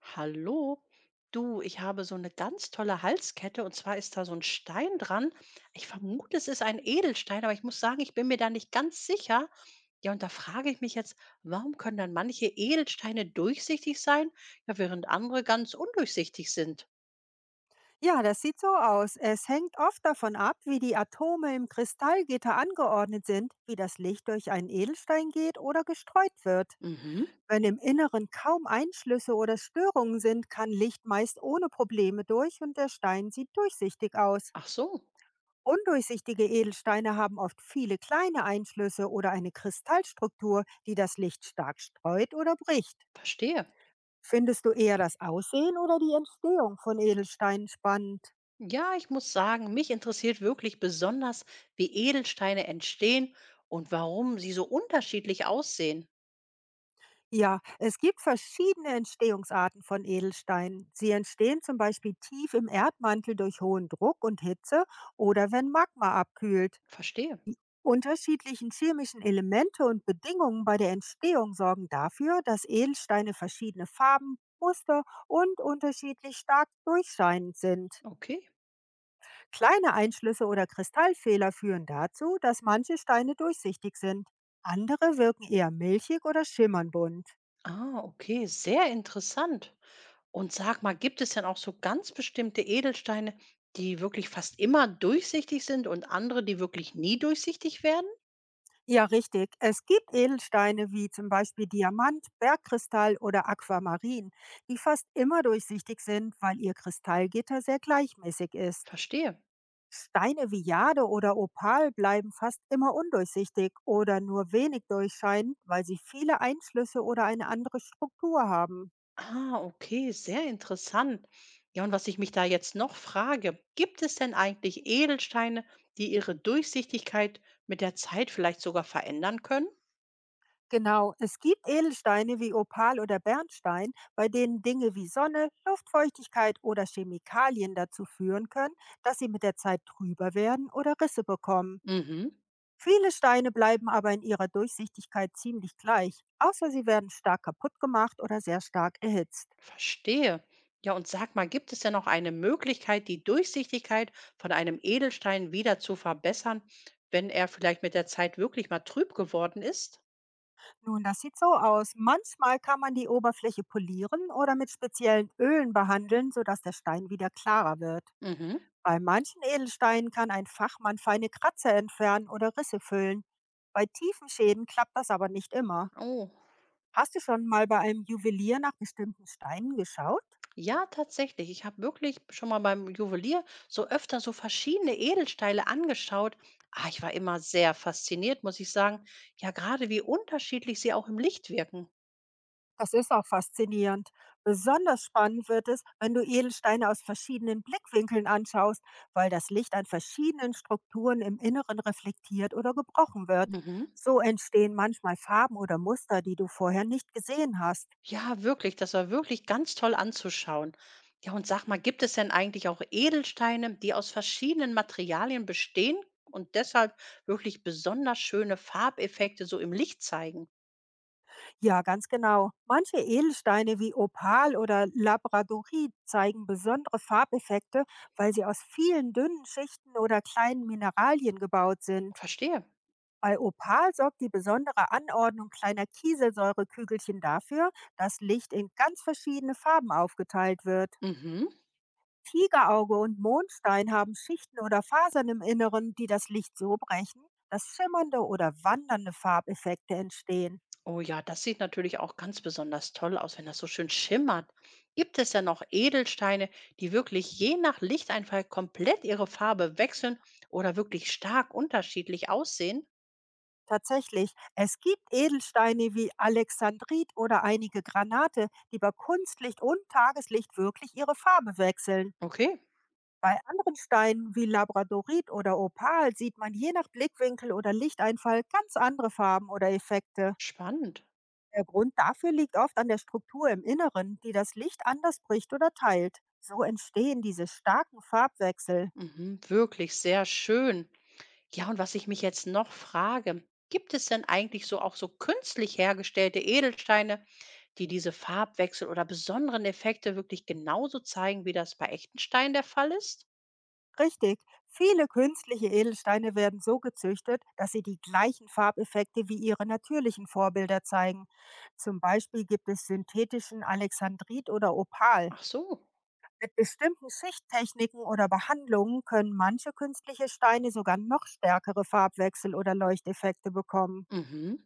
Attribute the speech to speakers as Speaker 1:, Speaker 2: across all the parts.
Speaker 1: Hallo, du, ich habe so eine ganz tolle Halskette und zwar ist da so ein Stein dran. Ich vermute, es ist ein Edelstein, aber ich muss sagen, ich bin mir da nicht ganz sicher. Ja, und da frage ich mich jetzt, warum können dann manche Edelsteine durchsichtig sein, ja, während andere ganz undurchsichtig sind?
Speaker 2: Ja, das sieht so aus. Es hängt oft davon ab, wie die Atome im Kristallgitter angeordnet sind, wie das Licht durch einen Edelstein geht oder gestreut wird.
Speaker 1: Mhm.
Speaker 2: Wenn im Inneren kaum Einschlüsse oder Störungen sind, kann Licht meist ohne Probleme durch und der Stein sieht durchsichtig aus.
Speaker 1: Ach so,
Speaker 2: Undurchsichtige Edelsteine haben oft viele kleine Einschlüsse oder eine Kristallstruktur, die das Licht stark streut oder bricht.
Speaker 1: verstehe.
Speaker 2: Findest du eher das Aussehen oder die Entstehung von Edelsteinen spannend?
Speaker 1: Ja, ich muss sagen, mich interessiert wirklich besonders, wie Edelsteine entstehen und warum sie so unterschiedlich aussehen.
Speaker 2: Ja, es gibt verschiedene Entstehungsarten von Edelsteinen. Sie entstehen zum Beispiel tief im Erdmantel durch hohen Druck und Hitze oder wenn Magma abkühlt.
Speaker 1: Verstehe.
Speaker 2: Unterschiedlichen chemischen Elemente und Bedingungen bei der Entstehung sorgen dafür, dass Edelsteine verschiedene Farben, Muster und unterschiedlich stark durchscheinend sind.
Speaker 1: Okay.
Speaker 2: Kleine Einschlüsse oder Kristallfehler führen dazu, dass manche Steine durchsichtig sind. Andere wirken eher milchig oder schimmern bunt.
Speaker 1: Ah, okay, sehr interessant. Und sag mal, gibt es denn auch so ganz bestimmte Edelsteine, die wirklich fast immer durchsichtig sind und andere, die wirklich nie durchsichtig werden?
Speaker 2: Ja, richtig. Es gibt Edelsteine wie zum Beispiel Diamant, Bergkristall oder Aquamarin, die fast immer durchsichtig sind, weil ihr Kristallgitter sehr gleichmäßig ist.
Speaker 1: Verstehe.
Speaker 2: Steine wie Jade oder Opal bleiben fast immer undurchsichtig oder nur wenig durchscheinend, weil sie viele Einschlüsse oder eine andere Struktur haben.
Speaker 1: Ah, okay, sehr interessant. Ja, und was ich mich da jetzt noch frage, gibt es denn eigentlich Edelsteine, die ihre Durchsichtigkeit mit der Zeit vielleicht sogar verändern können?
Speaker 2: Genau, es gibt Edelsteine wie Opal oder Bernstein, bei denen Dinge wie Sonne, Luftfeuchtigkeit oder Chemikalien dazu führen können, dass sie mit der Zeit trüber werden oder Risse bekommen.
Speaker 1: Mhm.
Speaker 2: Viele Steine bleiben aber in ihrer Durchsichtigkeit ziemlich gleich, außer sie werden stark kaputt gemacht oder sehr stark erhitzt.
Speaker 1: Verstehe. Ja, und sag mal, gibt es denn noch eine Möglichkeit, die Durchsichtigkeit von einem Edelstein wieder zu verbessern, wenn er vielleicht mit der Zeit wirklich mal trüb geworden ist?
Speaker 2: Nun, das sieht so aus. Manchmal kann man die Oberfläche polieren oder mit speziellen Ölen behandeln, sodass der Stein wieder klarer wird.
Speaker 1: Mhm.
Speaker 2: Bei manchen Edelsteinen kann ein Fachmann feine Kratzer entfernen oder Risse füllen. Bei tiefen Schäden klappt das aber nicht immer.
Speaker 1: Oh.
Speaker 2: Hast du schon mal bei einem Juwelier nach bestimmten Steinen geschaut?
Speaker 1: Ja, tatsächlich. Ich habe wirklich schon mal beim Juwelier so öfter so verschiedene Edelsteine angeschaut. Ah, ich war immer sehr fasziniert, muss ich sagen. Ja, gerade wie unterschiedlich sie auch im Licht wirken.
Speaker 2: Das ist auch faszinierend. Besonders spannend wird es, wenn du Edelsteine aus verschiedenen Blickwinkeln anschaust, weil das Licht an verschiedenen Strukturen im Inneren reflektiert oder gebrochen wird.
Speaker 1: Mhm.
Speaker 2: So entstehen manchmal Farben oder Muster, die du vorher nicht gesehen hast.
Speaker 1: Ja, wirklich, das war wirklich ganz toll anzuschauen. Ja, und sag mal, gibt es denn eigentlich auch Edelsteine, die aus verschiedenen Materialien bestehen und deshalb wirklich besonders schöne Farbeffekte so im Licht zeigen?
Speaker 2: Ja, ganz genau. Manche Edelsteine wie Opal oder Labradorit zeigen besondere Farbeffekte, weil sie aus vielen dünnen Schichten oder kleinen Mineralien gebaut sind.
Speaker 1: Verstehe.
Speaker 2: Bei Opal sorgt die besondere Anordnung kleiner Kieselsäurekügelchen dafür, dass Licht in ganz verschiedene Farben aufgeteilt wird.
Speaker 1: Mhm.
Speaker 2: Tigerauge und Mondstein haben Schichten oder Fasern im Inneren, die das Licht so brechen, dass schimmernde oder wandernde Farbeffekte entstehen.
Speaker 1: Oh ja, das sieht natürlich auch ganz besonders toll aus, wenn das so schön schimmert. Gibt es denn auch Edelsteine, die wirklich je nach Lichteinfall komplett ihre Farbe wechseln oder wirklich stark unterschiedlich aussehen?
Speaker 2: Tatsächlich, es gibt Edelsteine wie Alexandrit oder einige Granate, die bei Kunstlicht und Tageslicht wirklich ihre Farbe wechseln.
Speaker 1: Okay,
Speaker 2: Bei anderen Steinen wie Labradorit oder Opal sieht man je nach Blickwinkel oder Lichteinfall ganz andere Farben oder Effekte.
Speaker 1: spannend.
Speaker 2: Der Grund dafür liegt oft an der Struktur im Inneren, die das Licht anders bricht oder teilt. So entstehen diese starken Farbwechsel.
Speaker 1: Mhm, wirklich sehr schön. Ja, und was ich mich jetzt noch frage, gibt es denn eigentlich so auch so künstlich hergestellte Edelsteine, die diese Farbwechsel oder besonderen Effekte wirklich genauso zeigen, wie das bei echten Steinen der Fall ist?
Speaker 2: Richtig. Viele künstliche Edelsteine werden so gezüchtet, dass sie die gleichen Farbeffekte wie ihre natürlichen Vorbilder zeigen. Zum Beispiel gibt es synthetischen Alexandrit oder Opal.
Speaker 1: Ach so.
Speaker 2: Mit bestimmten Schichttechniken oder Behandlungen können manche künstliche Steine sogar noch stärkere Farbwechsel oder Leuchteffekte bekommen.
Speaker 1: Mhm.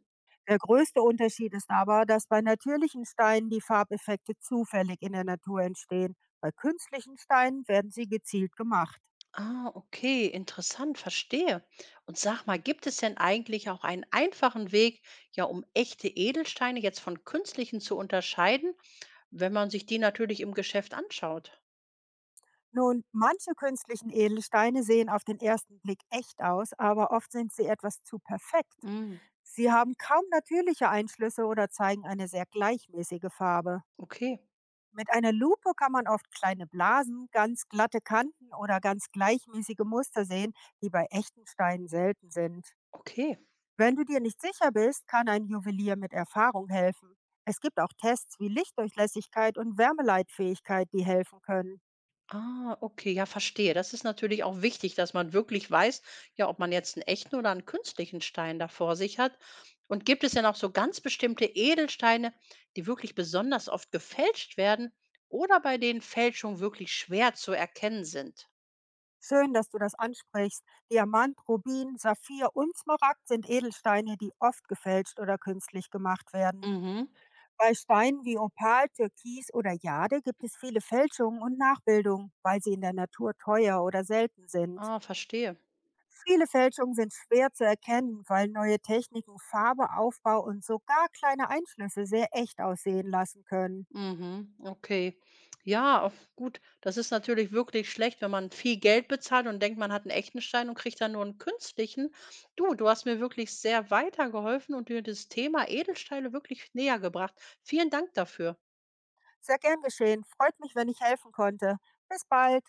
Speaker 2: Der größte Unterschied ist aber, dass bei natürlichen Steinen die Farbeffekte zufällig in der Natur entstehen. Bei künstlichen Steinen werden sie gezielt gemacht.
Speaker 1: Ah, okay, interessant, verstehe. Und sag mal, gibt es denn eigentlich auch einen einfachen Weg, ja, um echte Edelsteine jetzt von künstlichen zu unterscheiden, wenn man sich die natürlich im Geschäft anschaut?
Speaker 2: Nun, manche künstlichen Edelsteine sehen auf den ersten Blick echt aus, aber oft sind sie etwas zu perfekt.
Speaker 1: Mm,
Speaker 2: Sie haben kaum natürliche Einschlüsse oder zeigen eine sehr gleichmäßige Farbe.
Speaker 1: okay,
Speaker 2: Mit einer Lupe kann man oft kleine Blasen, ganz glatte Kanten oder ganz gleichmäßige Muster sehen, die bei echten Steinen selten sind.
Speaker 1: okay.
Speaker 2: Wenn du dir nicht sicher bist, kann ein Juwelier mit Erfahrung helfen. Es gibt auch Tests wie Lichtdurchlässigkeit und Wärmeleitfähigkeit, die helfen können.
Speaker 1: Ah, okay, ja, verstehe. Das ist natürlich auch wichtig, dass man wirklich weiß, ja, ob man jetzt einen echten oder einen künstlichen Stein da vor sich hat. Und gibt es denn auch so ganz bestimmte Edelsteine, die wirklich besonders oft gefälscht werden oder bei denen Fälschungen wirklich schwer zu erkennen sind?
Speaker 2: Schön, dass du das ansprichst. Diamant, Rubin, Saphir und Smaragd sind Edelsteine, die oft gefälscht oder künstlich gemacht werden.
Speaker 1: Mhm.
Speaker 2: Bei Steinen wie Opal, Türkis oder Jade gibt es viele Fälschungen und Nachbildungen, weil sie in der Natur teuer oder selten sind.
Speaker 1: Ah, verstehe.
Speaker 2: Viele Fälschungen sind schwer zu erkennen, weil neue Techniken Farbe, Aufbau und sogar kleine Einschlüsse sehr echt aussehen lassen können.
Speaker 1: Mhm, okay. Ja, auf gut. Das ist natürlich wirklich schlecht, wenn man viel Geld bezahlt und denkt, man hat einen echten Stein und kriegt dann nur einen künstlichen. Du hast mir wirklich sehr weitergeholfen und dir das Thema Edelsteine wirklich näher gebracht. Vielen Dank dafür.
Speaker 2: Sehr gern geschehen. Freut mich, wenn ich helfen konnte. Bis bald.